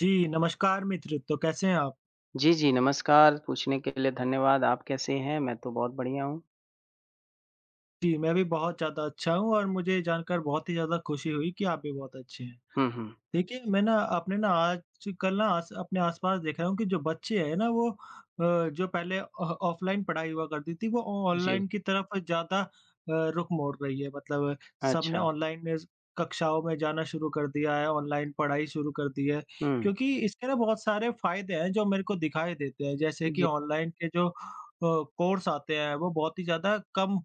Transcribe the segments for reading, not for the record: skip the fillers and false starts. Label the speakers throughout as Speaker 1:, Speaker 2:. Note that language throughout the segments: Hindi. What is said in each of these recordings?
Speaker 1: जी, नमस्कार मित्र, तो कैसे हैं आप?
Speaker 2: जी, जी, नमस्कार। पूछने के लिए धन्यवाद। आप कैसे हैं? मैं तो बहुत बढ़िया हूँ।
Speaker 1: जी, मैं भी बहुत ज़्यादा अच्छा हूँ और मुझे ये जानकर बहुत ही ज़्यादा खुशी हुई कि आप भी बहुत अच्छे हैं।
Speaker 2: हुँ, हुँ।
Speaker 1: देखिए, मैं ना अपने ना आजकल ना आस अपने आस-पास देख रहा हूँ कि जो बच्चे हैं ना वो जो पहले ऑ ऑफ़लाइन पढ़ाई हुआ करती थी वो
Speaker 2: जी,
Speaker 1: ऑनलाइन की तरफ ज़्यादा रुख मोड़ रही है। मतलब सबने
Speaker 2: अच्छा।
Speaker 1: ऑनलाइन इस कक्षाओं में जाना शुरू कर दिया है, ऑनलाइन पढ़ाई शुरू कर दी है।
Speaker 2: हुँ,
Speaker 1: क्योंकि इसके ना बहुत सारे फ़ायदे हैं जो मेरे को दिखाई देते हैं। जैसे कि
Speaker 2: जी,
Speaker 1: ऑनलाइन के जो कोर्स आते हैं वो बहुत ही ज़्यादा कम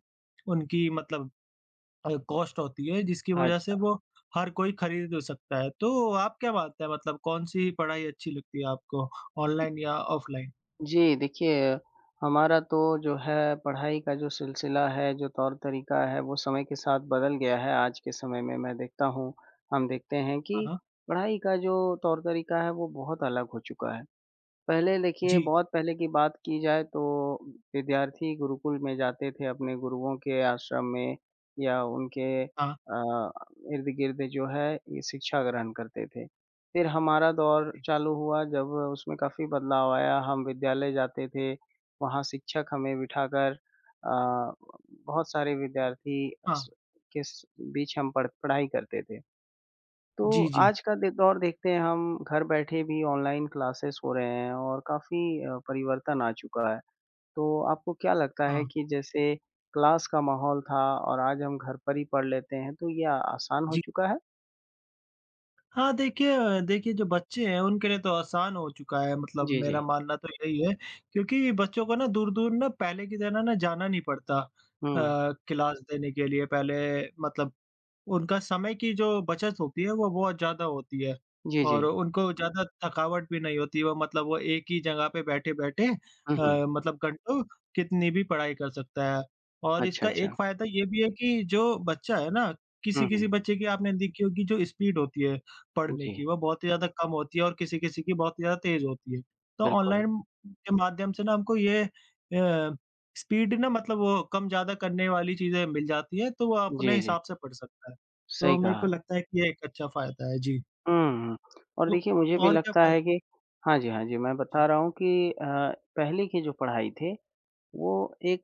Speaker 1: उनकी मतलब कॉस्ट होती है जिसकी वजह से
Speaker 2: अच्छा।
Speaker 1: वो हर कोई खरीद सकता है। तो आप क्या मानते हैं मतलब कौन-सी पढ़ाई अच्छी लगती है आपको, ऑनलाइन या ऑफलाइन?
Speaker 2: जी, देखिए हमारा तो जो है पढ़ाई का जो सिलसिला है, जो तौर-तरीका है, वो समय के साथ बदल गया है। आज के समय में मैं देखता हूँ हम देखते हैं कि
Speaker 1: हाँ,
Speaker 2: पढ़ाई का जो तौर-तरीका है, वो बहुत अलग हो चुका है। पहले देखिए
Speaker 1: जी,
Speaker 2: बहुत पहले की बात की जाए तो विद्यार्थी गुरुकुल में जाते थे अपने गुरुओं के आश्रम में या उनके
Speaker 1: हाँ,
Speaker 2: इर्द-गिर्द जो है ये शिक्षा ग्रहण करते थे। फिर हमारा दौर
Speaker 1: जी,
Speaker 2: चालू हुआ जब उसमें काफ़ी बदलाव आया, हम विद्यालय जाते थे, वहाँ शिक्षक हमें बिठाकर अ, बहुत सारे विद्यार्थी
Speaker 1: हाँ,
Speaker 2: स के स बीच हम पढ़ाई करते थे। तो
Speaker 1: जी, जी,
Speaker 2: आज का दे दौर देखते हैं हम घर बैठे भी ऑनलाइन क्लासेस हो रहे हैं और काफ़ी परिवर्तन आ चुका है। तो आपको क्या लगता
Speaker 1: हाँ,
Speaker 2: है कि जैसे क्लास का माहौल था और आज हम घर पर ही पढ़ लेते हैं, तो ये आसान हो
Speaker 1: जी।
Speaker 2: चुका है?
Speaker 1: हाँ, देखिए देखिए जो बच्चे हैं उनके लिए तो आसान हो चुका है, मतलब
Speaker 2: जी,
Speaker 1: मेरा
Speaker 2: जी।
Speaker 1: मानना तो यही है, क्योंकि बच्चों को ना दूर-दूर ना पहले की तरह ना जाना नहीं पड़ता
Speaker 2: हुँ।
Speaker 1: क्लास देने के लिए पहले मतलब उनका समय की जो बचत होती है वो बहुत ज़्यादा होती है
Speaker 2: जी, जी।
Speaker 1: और उनको ज़्यादा थकावट भी नहीं होती। वो एक ही जगह पे बैठे-बैठे
Speaker 2: हुँ, हुँ।
Speaker 1: मतलब घंटों कितनी भी पढ़ाई कर सकता है। और
Speaker 2: अच्छा,
Speaker 1: इसका एक
Speaker 2: अच्छा।
Speaker 1: फ़ायदा ये भी है कि जो बच्चा है ना,
Speaker 2: हुँ, हुँ।
Speaker 1: किसी-किसी बच्चे की आपने देखी होगी जो स्पीड होती है पढ़ने की,
Speaker 2: जी,
Speaker 1: वो बहुत ही ज़्यादा कम होती है और किसी-किसी की बहुत ही ज़्यादा तेज़ होती है। तो
Speaker 2: बिल्कुल।
Speaker 1: ऑनलाइन के माध्यम से ना हमको ये स्पीड ना मतलब वो कम-ज़्यादा करने वाली चीज़ें मिल जाती हैं, तो वो अपने
Speaker 2: जी, जी।
Speaker 1: हिसाब से पढ़ सकता है। तो
Speaker 2: सही
Speaker 1: मेरे
Speaker 2: कहा।
Speaker 1: को लगता है कि ये एक अच्छा फ़ायदा है, जी।
Speaker 2: हुँ, हुँ। और
Speaker 1: तो
Speaker 2: देखिए मुझे भी
Speaker 1: और क्या
Speaker 2: लगता है
Speaker 1: फ़ायदा?
Speaker 2: कि हाँ जी, हाँ जी। मैं बता
Speaker 1: जी,
Speaker 2: रहा हूँ कि पहले की जो पढ़ाई थी वो एक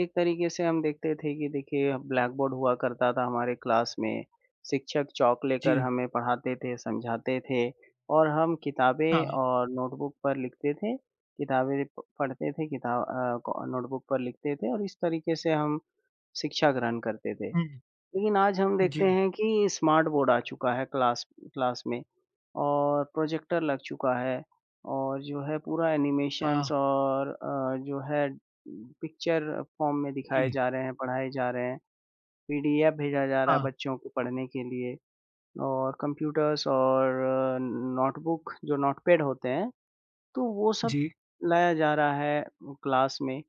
Speaker 2: एक तरीके से हम देखते थे कि देखिए ब्लैक बोर्ड हुआ करता था हमारे क्लास में। शिक्षक चॉक लेकर
Speaker 1: जी,
Speaker 2: हमें पढ़ाते थे, समझाते थे और हम किताबें
Speaker 1: हाँ,
Speaker 2: और नोटबुक पर लिखते थे। किताबें प पढ़ते थे, किताब अ, क नोटबुक पर लिखते थे और इस तरीके से हम शिक्षा ग्रहण करते थे।
Speaker 1: हुँ,
Speaker 2: लेकिन आज हम
Speaker 1: जी,
Speaker 2: देखते हैं कि स्मार्ट बोर्ड आ चुका है क्लास क्लास में। और प्रोजेक्टर लग चुका है और जो है पूरा
Speaker 1: हाँ,
Speaker 2: एनिमेशंस और जो है पिक्चर फॉर्म में दिखाए
Speaker 1: जी,
Speaker 2: जा रहे हैं, पढ़ाए जा रहे हैं। पीडीएफ भेजा जा रहा है
Speaker 1: हाँ,
Speaker 2: बच्चों को पढ़ने के लिए और कंप्यूटर्स और नोटबुक जो नोटपैड होते हैं, तो वो सब
Speaker 1: जी,
Speaker 2: लाया जा रहा है क्लास में।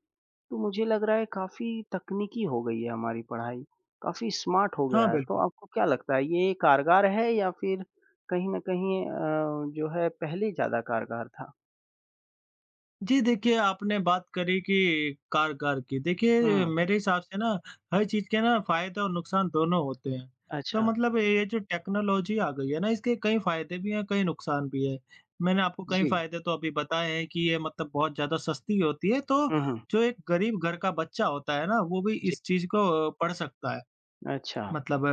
Speaker 2: तो मुझे लग रहा है काफ़ी तकनीकी हो गई है हमारी पढ़ाई, काफ़ी स्मार्ट हो
Speaker 1: हाँ,
Speaker 2: गया है। तो
Speaker 1: बिल्कुल।
Speaker 2: आपको क्या लगता है ये कारगर है या फिर कहीं न कहीं जो है पहले ज़्यादा कारगर था?
Speaker 1: जी, देखिए आपने बात करी कि कार-कार की। देखिए
Speaker 2: हुँ,
Speaker 1: मेरे हिसाब से ना हर चीज़ के ना फ़ायदे और नुकसान दोनों होते हैं। तो
Speaker 2: अच्छा।
Speaker 1: मतलब ये जो टेक्नोलॉज़ी आ गई है ना इसके कई फ़ायदे भी हैं, कई नुकसान भी हैं। मैंने आपको कई
Speaker 2: जी।
Speaker 1: फ़ायदे तो अभी बताए हैं कि ये मतलब बहुत ज़्यादा सस्ती होती है, तो
Speaker 2: हुँ, हुँ।
Speaker 1: जो एक गरीब घर का बच्चा होता है ना वो भी
Speaker 2: जी।
Speaker 1: इस चीज़ को पढ़ सकता है।
Speaker 2: अच्छा।
Speaker 1: मतलब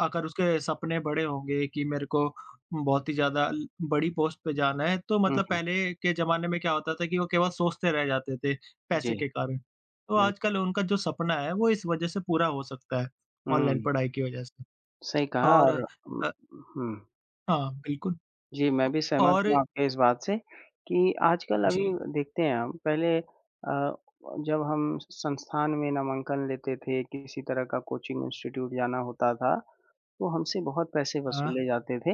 Speaker 1: अगर उसके सपने बड़े होंगे कि मेरे को बहुत ही ज़्यादा ल बड़ी पोस्ट पे जाना है, तो
Speaker 2: हुँ,
Speaker 1: मतलब
Speaker 2: हुँ।
Speaker 1: पहले के ज़माने में क्या होता था कि वो केवल सोचते रह जाते थे, पैसे
Speaker 2: जी,
Speaker 1: के कारण। तो
Speaker 2: बिल्कुल।
Speaker 1: आजकल उनका जो सपना है, वो इस वजह से पूरा हो सकता है, ऑनलाइन
Speaker 2: हुँ,
Speaker 1: पढ़ाई की वजह से।
Speaker 2: सही कहा
Speaker 1: और
Speaker 2: और हुँ,
Speaker 1: अ,
Speaker 2: हुँ।
Speaker 1: हाँ, बिल्कुल।
Speaker 2: जी,
Speaker 1: औ
Speaker 2: मैं भी सहमत
Speaker 1: और
Speaker 2: हूँ आपके इस बात से कि आजकल अभी
Speaker 1: जी,
Speaker 2: देखते हैं हम पहले जब हम संस्थान में नामांकन लेते थे, किसी तरह का कोचिंग इंस्टीट्यूट जाना होता था, तो हमसे बहुत पैसे
Speaker 1: हाँ,
Speaker 2: वसूले जाते थे।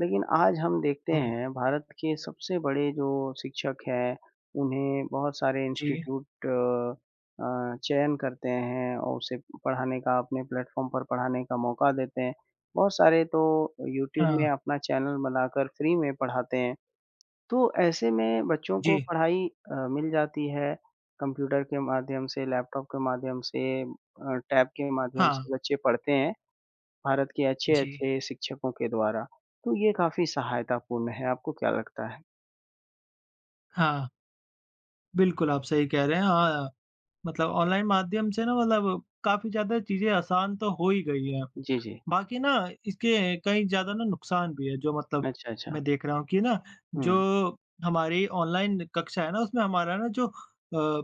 Speaker 2: लेकिन आज हम देखते
Speaker 1: हुँ,
Speaker 2: हैं भारत के सबसे बड़े जो शिक्षक हैं, उन्हें बहुत सारे
Speaker 1: जी,
Speaker 2: इंस्टीट्यूट चयन करते हैं और उसे पढ़ाने का अपने प्लेटफ़ॉर्म पर पढ़ाने का मौका देते हैं। बहुत सारे तो यूट्यूब
Speaker 1: हाँ,
Speaker 2: में अपना चैनल बनाकर फ्री में पढ़ाते हैं। तो ऐसे में बच्चों
Speaker 1: जी,
Speaker 2: को पढ़ाई मिल जाती है कंप्यूटर के माध्यम से, लैपटॉप के माध्यम से टैब के माध्यम
Speaker 1: हाँ,
Speaker 2: से बच्चे पढ़ते हैं। भारत के
Speaker 1: जी,
Speaker 2: अच्छे-अच्छे शिक्षकों के द्वारा, तो ये काफ़ी सहायतापूर्ण है, आपको क्या लगता है?
Speaker 1: हाँ, बिल्कुल आप सही कह रहे हैं। हाँ, मतलब ऑनलाइन माध्यम से ना मतलब काफ़ी ज़्यादा चीज़ें आसान तो हो ही गई हैं।
Speaker 2: जी, जी।
Speaker 1: बाकी ना इसके कई ज़्यादा ना नुकसान भी है, जो मतलब
Speaker 2: अच्छा, अच्छा।
Speaker 1: मैं देख रहा हूँ कि ना
Speaker 2: हुँ।
Speaker 1: जो हमारी ऑनलाइन कक्षा है ना उसमें हमारा ना जो अ,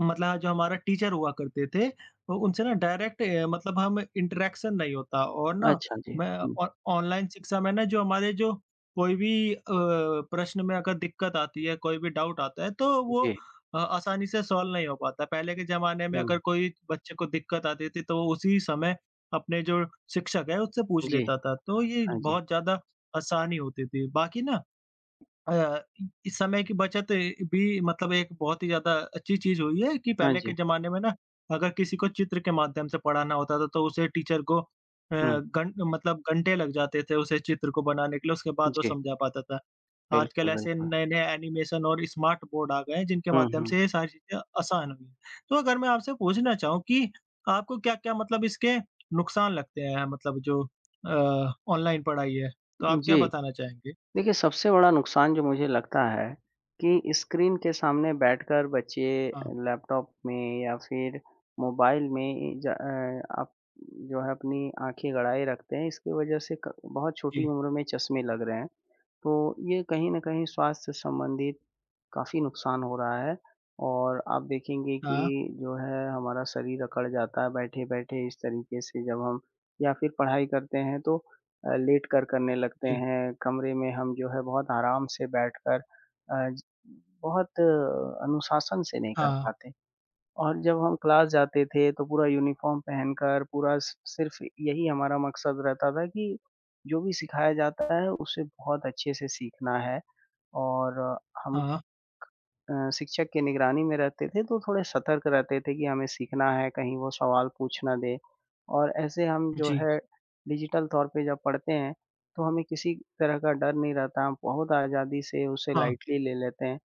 Speaker 1: मतलब जो हमारा टीचर हुआ करते थे, तो उनसे ना डायरेक्ट मतलब हम इंटरेक्शन नहीं होता और ना
Speaker 2: अच्छा जी।
Speaker 1: मैं
Speaker 2: हुँ।
Speaker 1: ऑ ऑनलाइन शिक्षा में ना जो हमारे जो कोई भी प्रश्न में अगर दिक्कत आती है, कोई भी डाउट आता है तो वो
Speaker 2: जी।
Speaker 1: आसानी से सॉल्व नहीं हो पाता। पहले के ज़माने में अगर
Speaker 2: हुँ।
Speaker 1: कोई बच्चे को दिक्कत आती थी तो वो उसी समय अपने जो शिक्षक है उससे पूछ
Speaker 2: जी।
Speaker 1: लेता था, तो ये
Speaker 2: हाँ जी।
Speaker 1: बहुत ज़्यादा आसानी होती थी। बाकी ना अ, इस समय की बचत भी मतलब एक बहुत ही ज़्यादा अच्छी चीज़ हुई है कि
Speaker 2: हाँ
Speaker 1: पहले के
Speaker 2: जी।
Speaker 1: ज़माने में ना अगर किसी को चित्र के माध्यम से पढ़ाना होता था, तो उसे टीचर को अ,
Speaker 2: हुँ।
Speaker 1: घं मतलब घंटे लग जाते थे उसे चित्र को बनाने के लिए, उसके बाद वो
Speaker 2: जी,
Speaker 1: समझा पाता था। आजकल
Speaker 2: बिल्कुल,
Speaker 1: ऐसे
Speaker 2: बिल्कुल।
Speaker 1: नए-नए एनिमेशन और स्मार्ट बोर्ड आ गए हैं, जिनके
Speaker 2: हुँ,
Speaker 1: माध्यम
Speaker 2: हुँ।
Speaker 1: से ये सारी चीज़ें आसान हुई हैं। तो अगर मैं आपसे पूछना चाहूँ कि आपको क्या-क्या मतलब इसके नुकसान लगते हैं, मतलब जो ऑनलाइन पढ़ाई है? तो आप क्या
Speaker 2: जी,
Speaker 1: बताना चाहेंगे?
Speaker 2: देखिए सबसे बड़ा नुकसान जो मुझे लगता है कि स्क्रीन के सामने बैठकर बच्चे
Speaker 1: हाँ,
Speaker 2: लैपटॉप में या फिर मोबाइल में आप जो है अपनी आँखें गड़ाए रखते हैं, इसकी वजह से क बहुत छोटी
Speaker 1: जी।
Speaker 2: उम्र में चश्मे लग रहे हैं। तो ये कहीं न कहीं स्वास्थ्य संबंधित काफ़ी नुकसान हो रहा है और आप देखेंगे कि
Speaker 1: हाँ।
Speaker 2: जो है हमारा शरीर अकड़ जाता है बैठे-बैठे इस तरीके से जब हम या फिर पढ़ाई करते हैं तो लेट कर करने लगते
Speaker 1: जी,
Speaker 2: हैं, कमरे में हम जो है बहुत आराम से बैठकर अ, ज बहुत अनुशासन से नहीं कर
Speaker 1: हाँ,
Speaker 2: पाते। और जब हम क्लास जाते थे तो पूरा यूनिफ़ॉर्म पहनकर पूरा सि सिर्फ़ यही हमारा मकसद रहता था कि जो भी सिखाया जाता है उसे बहुत अच्छे से सीखना है और हम
Speaker 1: हाँ,
Speaker 2: शिक्षक की निगरानी में रहते थे तो थोड़े सतर्क रहते थे कि हमें सीखना है, कहीं वो सवाल पूछ ना दें। और ऐसे हम जो
Speaker 1: जी,
Speaker 2: है डिजिटल तौर पे जब पढ़ते हैं, तो हमें किसी तरह का डर नहीं रहता, हम बहुत आज़ादी से उसे
Speaker 1: हाँ,
Speaker 2: लाइटली ले लेते हैं।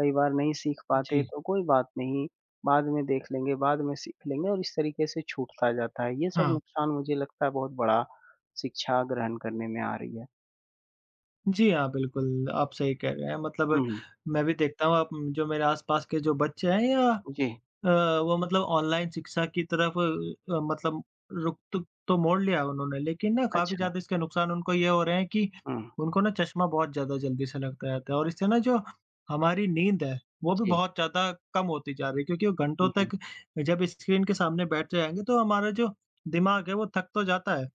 Speaker 2: कई बार नहीं सीख पाते
Speaker 1: जी,
Speaker 2: तो कोई बात नहीं, बाद में देख लेंगे, बाद में सीख लेंगे और इस तरीके से छूटता जाता है। ये सब
Speaker 1: हाँ।
Speaker 2: नुकसान मुझे लगता है बहुत बड़ा शिक्षा ग्रहण करने में आ रही है।
Speaker 1: जी, हाँ, बिल्कुल, आप सही कह रहे हैं मतलब
Speaker 2: हुँ, हुँ।
Speaker 1: मैं भी देखता हूँ आप जो मेरे आस-पास के जो बच्चे हैं या
Speaker 2: जी,
Speaker 1: अ, वो मतलब ऑनलाइन शिक्षा की तरफ मतलब रुख तो मोड़ लिया उन्होंने, लेकिन ना काफ़ी
Speaker 2: अच्छा।
Speaker 1: ज़्यादा इसके नुकसान उनको ये हो रहे हैं कि
Speaker 2: हुँ,
Speaker 1: उनको ना चश्मा बहुत ज़्यादा जल्दी से लगता रहता है और इससे ना जो हमारी नींद है, वो भी
Speaker 2: जी।
Speaker 1: बहुत ज़्यादा कम होती जा रही है क्योंकि वो घंटों
Speaker 2: हुँ, हुँ,
Speaker 1: तक जब स्क्रीन के सामने बैठ जाएँगे तो हमारा जो दिमाग है वो थक तो जाता है।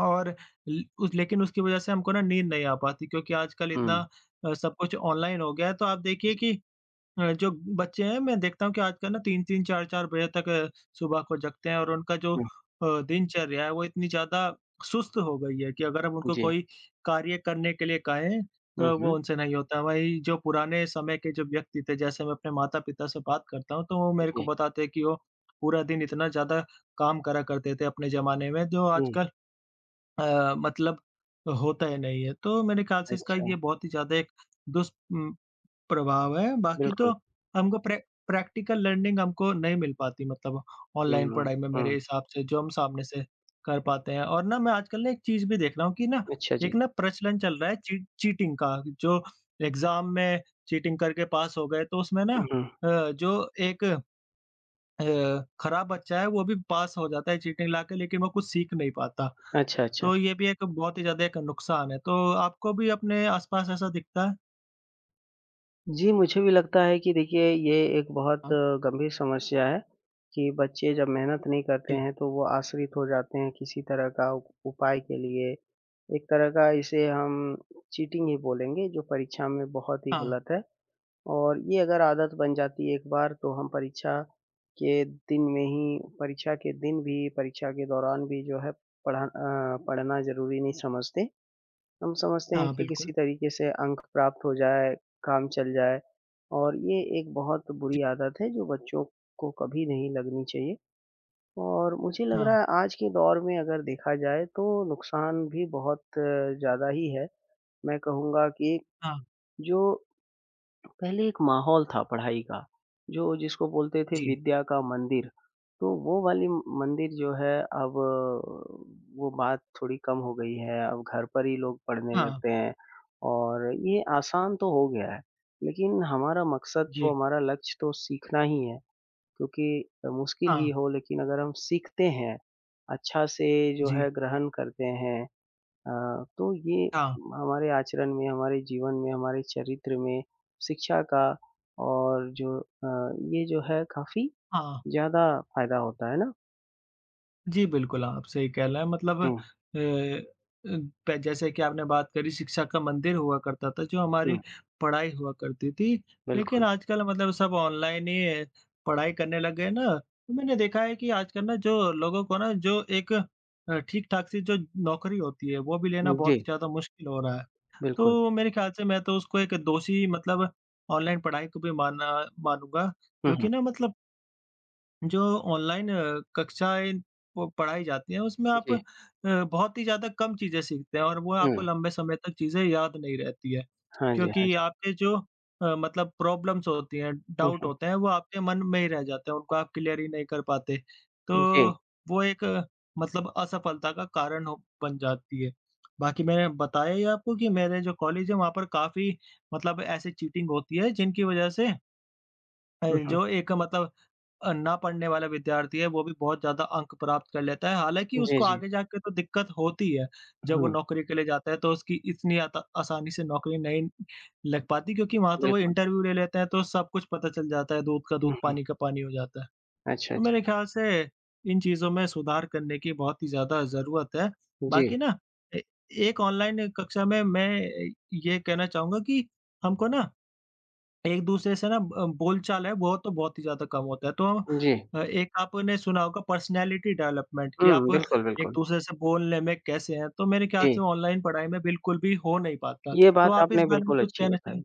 Speaker 1: और ल उस लेकिन उसकी वजह से हमको ना नींद नहीं आ पाती क्योंकि आजकल
Speaker 2: हुँ,
Speaker 1: इतना सब कुछ ऑनलाइन हो गया है, तो आप देखिए कि जो बच्चे हैं मैं देखता हूँ कि आजकल ना 3-3 4-4 बजे तक सुबह को जगते हैं और उनका जो दिनचर्या है वो इतनी ज़्यादा सुस्त हो गई है कि अगर हम
Speaker 2: हुँ,
Speaker 1: उनको
Speaker 2: जी।
Speaker 1: कोई कार्य करने के लिए कहें,
Speaker 2: हुँ,
Speaker 1: तो वो
Speaker 2: हुँ।
Speaker 1: उनसे नहीं होता। वहीं जो पुराने समय के जो व्यक्ति थे, जैसे मैं अपने माता-पिता से बात करता हूँ, तो वो मेरे को
Speaker 2: जी।
Speaker 1: बताते हैं कि वो पूरा दिन इतना ज़्यादा काम करा करते थे अपने ज़माने में, जो
Speaker 2: हुँ।
Speaker 1: आजकल मतलब होता ही नहीं है। तो मेरे ख़्याल से इसका
Speaker 2: अच्छा,
Speaker 1: ये बहुत ही ज़्यादा एक दुष् उम, प्रभाव है। बाकी तो
Speaker 2: बिल्कुल।
Speaker 1: हमको प्रैक्टिकल लर्निंग हमको नहीं मिल पाती मतलब ऑनलाइन
Speaker 2: हुँ,
Speaker 1: पढ़ाई में मेरे
Speaker 2: हुँ।
Speaker 1: हिसाब से जो हम सामने से कर पाते हैं। और ना मैं आजकल ना एक चीज़ भी देख रहा हूँ कि ना
Speaker 2: अच्छा जी।
Speaker 1: एक ना प्रचलन चल रहा है चीटिंग का, जो एग्ज़ाम में चीटिंग करके पास हो गए तो उसमें ना
Speaker 2: हुँ।
Speaker 1: जो एक खराब बच्चा है वो भी पास हो जाता है चीटिंग लाके, लेकिन वो कुछ सीख नहीं पाता।
Speaker 2: अच्छा, अच्छा।
Speaker 1: तो ये भी एक बहुत ही ज़्यादा एक नुकसान है। तो आपको भी अपने आस-पास ऐसा दिखता है?
Speaker 2: जी, मुझे भी लगता है कि देखिए ये एक बहुत
Speaker 1: हाँ।
Speaker 2: गंभीर समस्या है कि बच्चे जब मेहनत नहीं करते
Speaker 1: जी।
Speaker 2: हैं तो वो आश्रित हो जाते हैं किसी तरह का उप उपाय के लिए। एक तरह का इसे हम चीटिंग ही बोलेंगे जो परीक्षा में बहुत ही
Speaker 1: हाँ,
Speaker 2: गलत है। और ये अगर आदत बन जाती है एक बार तो हम परीक्षा के दिन में ही परीक्षा के दिन भी, परीक्षा के दौरान भी जो है पढ़ना ज़रूरी नहीं समझते। हम समझते हैं
Speaker 1: हाँ,
Speaker 2: कि
Speaker 1: बिल्कुल।
Speaker 2: किसी तरीके से अंक प्राप्त हो जाए, काम चल जाए और ये एक बहुत
Speaker 1: जी।
Speaker 2: बुरी आदत है जो बच्चों को कभी नहीं लगनी चाहिए। और मुझे लग
Speaker 1: हाँ,
Speaker 2: रहा है आज के दौर में अगर देखा जाए तो नुकसान भी बहुत ज़्यादा ही है। मैं कहूँगा कि
Speaker 1: हाँ।
Speaker 2: जो पहले एक माहौल था पढ़ाई का, जो जिसको बोलते थे
Speaker 1: जी।
Speaker 2: विद्या का मंदिर, तो वो वाली मंदिर जो है अब वो बात थोड़ी कम हो गई है, अब घर पर ही लोग पढ़ने
Speaker 1: हाँ,
Speaker 2: लगते हैं और ये आसान तो हो गया है, लेकिन हमारा मकसद
Speaker 1: जी।
Speaker 2: तो हमारा लक्ष्य तो सीखना ही है, क्योंकि मुश्किल ही
Speaker 1: हाँ,
Speaker 2: हो लेकिन अगर हम सीखते हैं, अच्छा से जो
Speaker 1: जी।
Speaker 2: है ग्रहण करते हैं तो ये
Speaker 1: हाँ,
Speaker 2: हमारे आचरण में, हमारे जीवन में, हमारे चरित्र में शिक्षा का और जो ये जो है काफ़ी
Speaker 1: हाँ।
Speaker 2: ज़्यादा फ़ायदा होता है ना?
Speaker 1: जी, बिल्कुल, आप सही कह रहे हैं मतलब अ
Speaker 2: हुँ,
Speaker 1: अ, प जैसे कि आपने बात करी शिक्षा का मंदिर हुआ करता था, जो हमारी
Speaker 2: हुँ,
Speaker 1: पढ़ाई हुआ करती थी। लेकिन
Speaker 2: बिल्कुल।
Speaker 1: आजकल मतलब सब ऑनलाइन ही पढ़ाई करने लग गए ना, तो मैंने देखा है कि आजकल ना जो लोगों को ना जो एक ठीक-ठाक सी जो नौकरी होती है, वो भी लेना बहुत ही
Speaker 2: जी,
Speaker 1: ज़्यादा मुश्किल हो रहा है।
Speaker 2: बिल्कुल।
Speaker 1: तो मेरे ख्याल से मैं तो उसको एक दोषी मतलब ऑनलाइन पढ़ाई को भी मानना मानूँगा
Speaker 2: हुँ, हुँ,
Speaker 1: क्योंकि ना मतलब जो ऑनलाइन कक्षाएँ प पढ़ाई जाती हैं, उसमें आप
Speaker 2: जी,
Speaker 1: बहुत ही ज़्यादा कम चीज़ें सीखते हैं और वो आपको
Speaker 2: हुँ।
Speaker 1: लंबे समय तक चीज़ें याद नहीं रहती है।
Speaker 2: हाँ जी, हाँ
Speaker 1: क्योंकि
Speaker 2: जी।
Speaker 1: आपके जो मतलब प्रॉब्लम्स होती हैं,
Speaker 2: हुँ,
Speaker 1: डाउट
Speaker 2: हुँ,
Speaker 1: होते हैं, वो आपके मन में ही रह जाते हैं, उनको आप क्लियर ही नहीं कर पाते। तो
Speaker 2: जी।
Speaker 1: वो एक मतलब असफलता का कारण हो बन जाती है। बाकी मैंने बताया ही आपको कि मेरे जो कॉलेज है, वहाँ पर काफ़ी मतलब ऐसी चीटिंग होती है, जिनकी वजह से
Speaker 2: हुँ,
Speaker 1: जो एक मतलब ना पढ़ने वाला विद्यार्थी है, वो भी बहुत ज़्यादा अंक प्राप्त कर लेता है। हालाँकि
Speaker 2: हुँ, जी,
Speaker 1: उसको
Speaker 2: जी।
Speaker 1: आगे जाके तो दिक्कत होती है, जब वो
Speaker 2: हुँ,
Speaker 1: नौकरी के लिए जाता है तो उसकी इतनी आता आसानी से नौकरी नहीं लग पाती क्योंकि वहाँ तो वो
Speaker 2: बिल्कुल।
Speaker 1: इंटरव्यू ले लेते हैं तो सब कुछ पता चल जाता है, दूध का
Speaker 2: हुँ,
Speaker 1: दूध,
Speaker 2: हुँ।
Speaker 1: पानी का पानी हो जाता है।
Speaker 2: अच्छा,
Speaker 1: तो मेरे
Speaker 2: अच्छा।
Speaker 1: ख्याल से इन चीज़ों में सुधार करने की बहुत ही ज़्यादा ज़रूरत है।
Speaker 2: जी,
Speaker 1: बाकी ना ए एक ऑनलाइन कक्षा में मैं ये कहना चाहूँगा कि हमको ना एक दूसरे से ना बोलचाल है वो तो बहुत ही ज़्यादा कम होता है। तो हम
Speaker 2: जी।
Speaker 1: एक आपने सुना होगा पर्सनैलिटी डेवलपमेंट कि आप
Speaker 2: हुँ, बिल्कुल,
Speaker 1: एक
Speaker 2: बिल्कुल।
Speaker 1: दूसरे से बोलने में कैसे हैं, तो मेरे ख्याल
Speaker 2: जी,
Speaker 1: से ऑनलाइन पढ़ाई में बिल्कुल भी हो नहीं पाता।
Speaker 2: ये
Speaker 1: तो
Speaker 2: बात
Speaker 1: आप इस
Speaker 2: आपने
Speaker 1: बारे में
Speaker 2: बिल्कुल
Speaker 1: कुछ
Speaker 2: अच्छी
Speaker 1: कहना चाहें?
Speaker 2: बताई।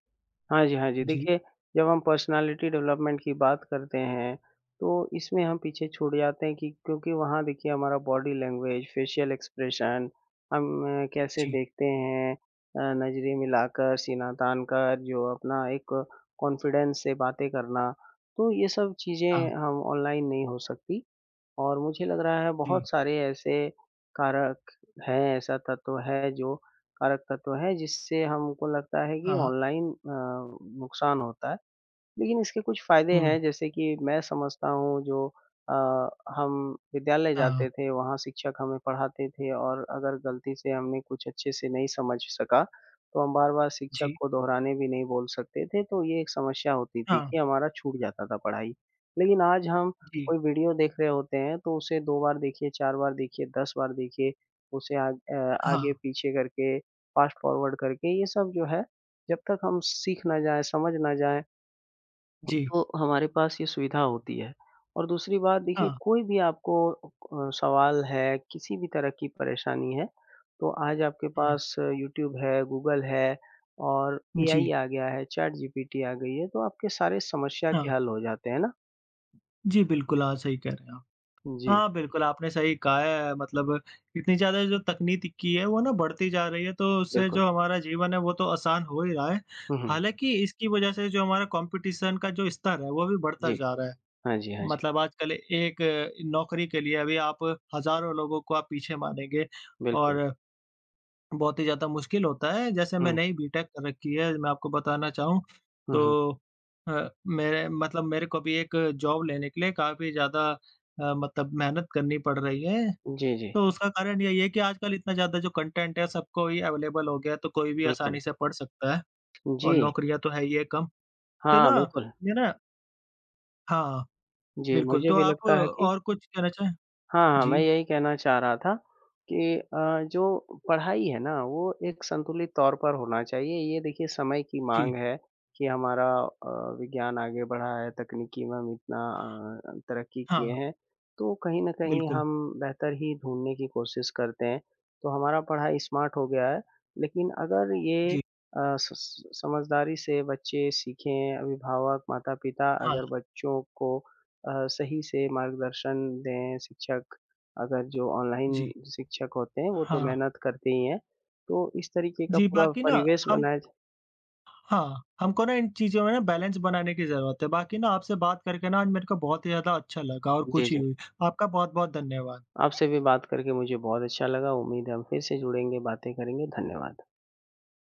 Speaker 2: हाँ जी, हाँ जी।
Speaker 1: जी,
Speaker 2: देखिए, जब हम पर्सनैलिटी डेवलपमेंट की बात करते हैं, तो इसमें हम पीछे छूट जाते हैं कि क्योंकि वहाँ देखिए हमारा बॉडी लैंग्वेज, फेशियल एक्सप्रेशन, हम कैसे
Speaker 1: जी,
Speaker 2: देखते हैं नज़रें मिलाकर, सीना तान कर, जो अपना एक कॉन्फिडेंस से बातें करना, तो ये सब
Speaker 1: हाँ,
Speaker 2: चीज़ें हम ऑनलाइन नहीं हो सकती। और मुझे लग रहा है
Speaker 1: जी,
Speaker 2: बहुत सारे ऐसे कारक हैं, ऐसा तत्व है जो कारक तत्व है जिससे हमको लगता है कि
Speaker 1: हाँ,
Speaker 2: ऑनलाइन नुकसान होता है। लेकिन इसके कुछ फ़ायदे
Speaker 1: हुँ,
Speaker 2: हैं, जैसे कि मैं समझता हूँ जो अ, हम विद्यालय
Speaker 1: हाँ,
Speaker 2: जाते थे, वहाँ शिक्षक हमें पढ़ाते थे और अगर गलती से हमने कुछ अच्छे से नहीं समझ सका, तो हम बार-बार शिक्षक
Speaker 1: जी,
Speaker 2: को दोहराने भी नहीं बोल सकते थे, तो ये एक समस्या होती थी
Speaker 1: हाँ,
Speaker 2: कि हमारा छूट जाता था पढ़ाई। लेकिन आज हम
Speaker 1: जी,
Speaker 2: कोई वीडियो देख रहे होते हैं, तो उसे 2 बार देखिए, 4 बार देखिए, 10 बार देखिए, उसे
Speaker 1: हाँ,
Speaker 2: आगे-पीछे करके, फ़ास्ट फ़ॉरवर्ड करके, ये सब जो है, जब तक हम सीख ना जाएँ, समझ ना जाएँ
Speaker 1: जी,
Speaker 2: तो हमारे पास ये सुविधा होती है और दूसरी बात देखिए
Speaker 1: हाँ,
Speaker 2: कोई भी आपको सवाल है, किसी भी तरह की परेशानी है, तो आज आपके
Speaker 1: हुँ,
Speaker 2: पास यूट्यूब है, गूगल है और
Speaker 1: जी,
Speaker 2: एआई आ गया है, चैट जीपीटी आ गई है, तो आपके सारे समस्या
Speaker 1: हाँ।
Speaker 2: के हल हो जाते हैं ना?
Speaker 1: जी, बिल्कुल, हाँ, सही कह रहे हैं आप।
Speaker 2: जी,
Speaker 1: हाँ, बिल्कुल, आपने सही कहा है। मतलब इतनी ज़्यादा जो तकनीकी है, वो ना बढ़ती जा रही है, तो उससे
Speaker 2: बिल्कुल।
Speaker 1: जो हमारा जीवन है, वो तो आसान हो ही रहा है।
Speaker 2: हुँ, हुँ।
Speaker 1: हालाँकि इसकी वजह से जो हमारा कॉम्पिटिशन का जो स्तर है, वो भी बढ़ता
Speaker 2: जी।
Speaker 1: जा रहा है।
Speaker 2: हाँ जी, हाँ जी।
Speaker 1: मतलब आजकल एक नौकरी के लिए अभी आप हज़ारों लोगों को आप पीछे मानेंगे
Speaker 2: बिल्कुल।
Speaker 1: और बहुत ही ज़्यादा मुश्किल होता है, जैसे
Speaker 2: हुँ,
Speaker 1: मैंने ही बीटेक कर रखी है, मैं आपको बताना चाहूँ
Speaker 2: हुँ, हुँ।
Speaker 1: तो मेरे को भी एक जॉब लेने के लिए काफ़ी ज़्यादा मतलब मेहनत करनी पड़ रही है।
Speaker 2: जी, जी।
Speaker 1: तो उसका कारण यही है कि आजकल इतना ज़्यादा जो कंटेंट है सबको ही अवेलेबल हो गया है, तो कोई भी आसानी
Speaker 2: बिल्कुल।
Speaker 1: से पढ़ सकता है और
Speaker 2: जी।
Speaker 1: नौकरियाँ तो है ही है कम। तो
Speaker 2: हाँ,
Speaker 1: ना
Speaker 2: बिल्कुल।
Speaker 1: ये ना हाँ,
Speaker 2: जी,
Speaker 1: बिल्कुल।
Speaker 2: मुझे
Speaker 1: तो
Speaker 2: भी
Speaker 1: आप
Speaker 2: लगता है कि
Speaker 1: और कुछ कहना चाहें?
Speaker 2: हाँ, हाँ,
Speaker 1: जी,
Speaker 2: मैं यही कहना चाह रहा था कि जो पढ़ाई है ना वो एक संतुलित तौर पर होना चाहिए। ये देखिए समय की
Speaker 1: जी,
Speaker 2: माँग है कि हमारा विज्ञान आगे बढ़ा है, तकनीकी में हम इतना तरक्की
Speaker 1: हाँ,
Speaker 2: किए हैं, तो कहीं न कहीं
Speaker 1: बिल्कुल,
Speaker 2: हम बेहतर ही ढूँढने की कोशिश करते हैं। तो हमारा पढ़ाई स्मार्ट हो गया है, लेकिन अगर ये
Speaker 1: जी,
Speaker 2: स स समझदारी से बच्चे सीखें, अभिभावक, माता-पिता
Speaker 1: हाँ,
Speaker 2: अगर बच्चों को सही से मार्गदर्शन दें शिक्षक, अगर जो ऑनलाइन
Speaker 1: जी,
Speaker 2: शिक्षक होते हैं वो तो
Speaker 1: हाँ,
Speaker 2: मेहनत करते ही हैं। तो इस तरीके का
Speaker 1: जी
Speaker 2: पूरा
Speaker 1: बाकी ना
Speaker 2: परिवेश
Speaker 1: हम
Speaker 2: बनाया
Speaker 1: हाँ, हमको ना इन चीज़ों में ना बैलेंस बनाने की ज़रूरत है, बाकी ना आपसे बात करके ना आज मेरे को बहुत ही ज़्यादा अच्छा लगा और
Speaker 2: जी,
Speaker 1: खुशी
Speaker 2: जी।
Speaker 1: हुई। आपका बहुत-बहुत धन्यवाद।
Speaker 2: आपसे भी बात करके मुझे बहुत अच्छा लगा। उम्मीद है हम फिर से जुड़ेंगे, बातें करेंगे। धन्यवाद।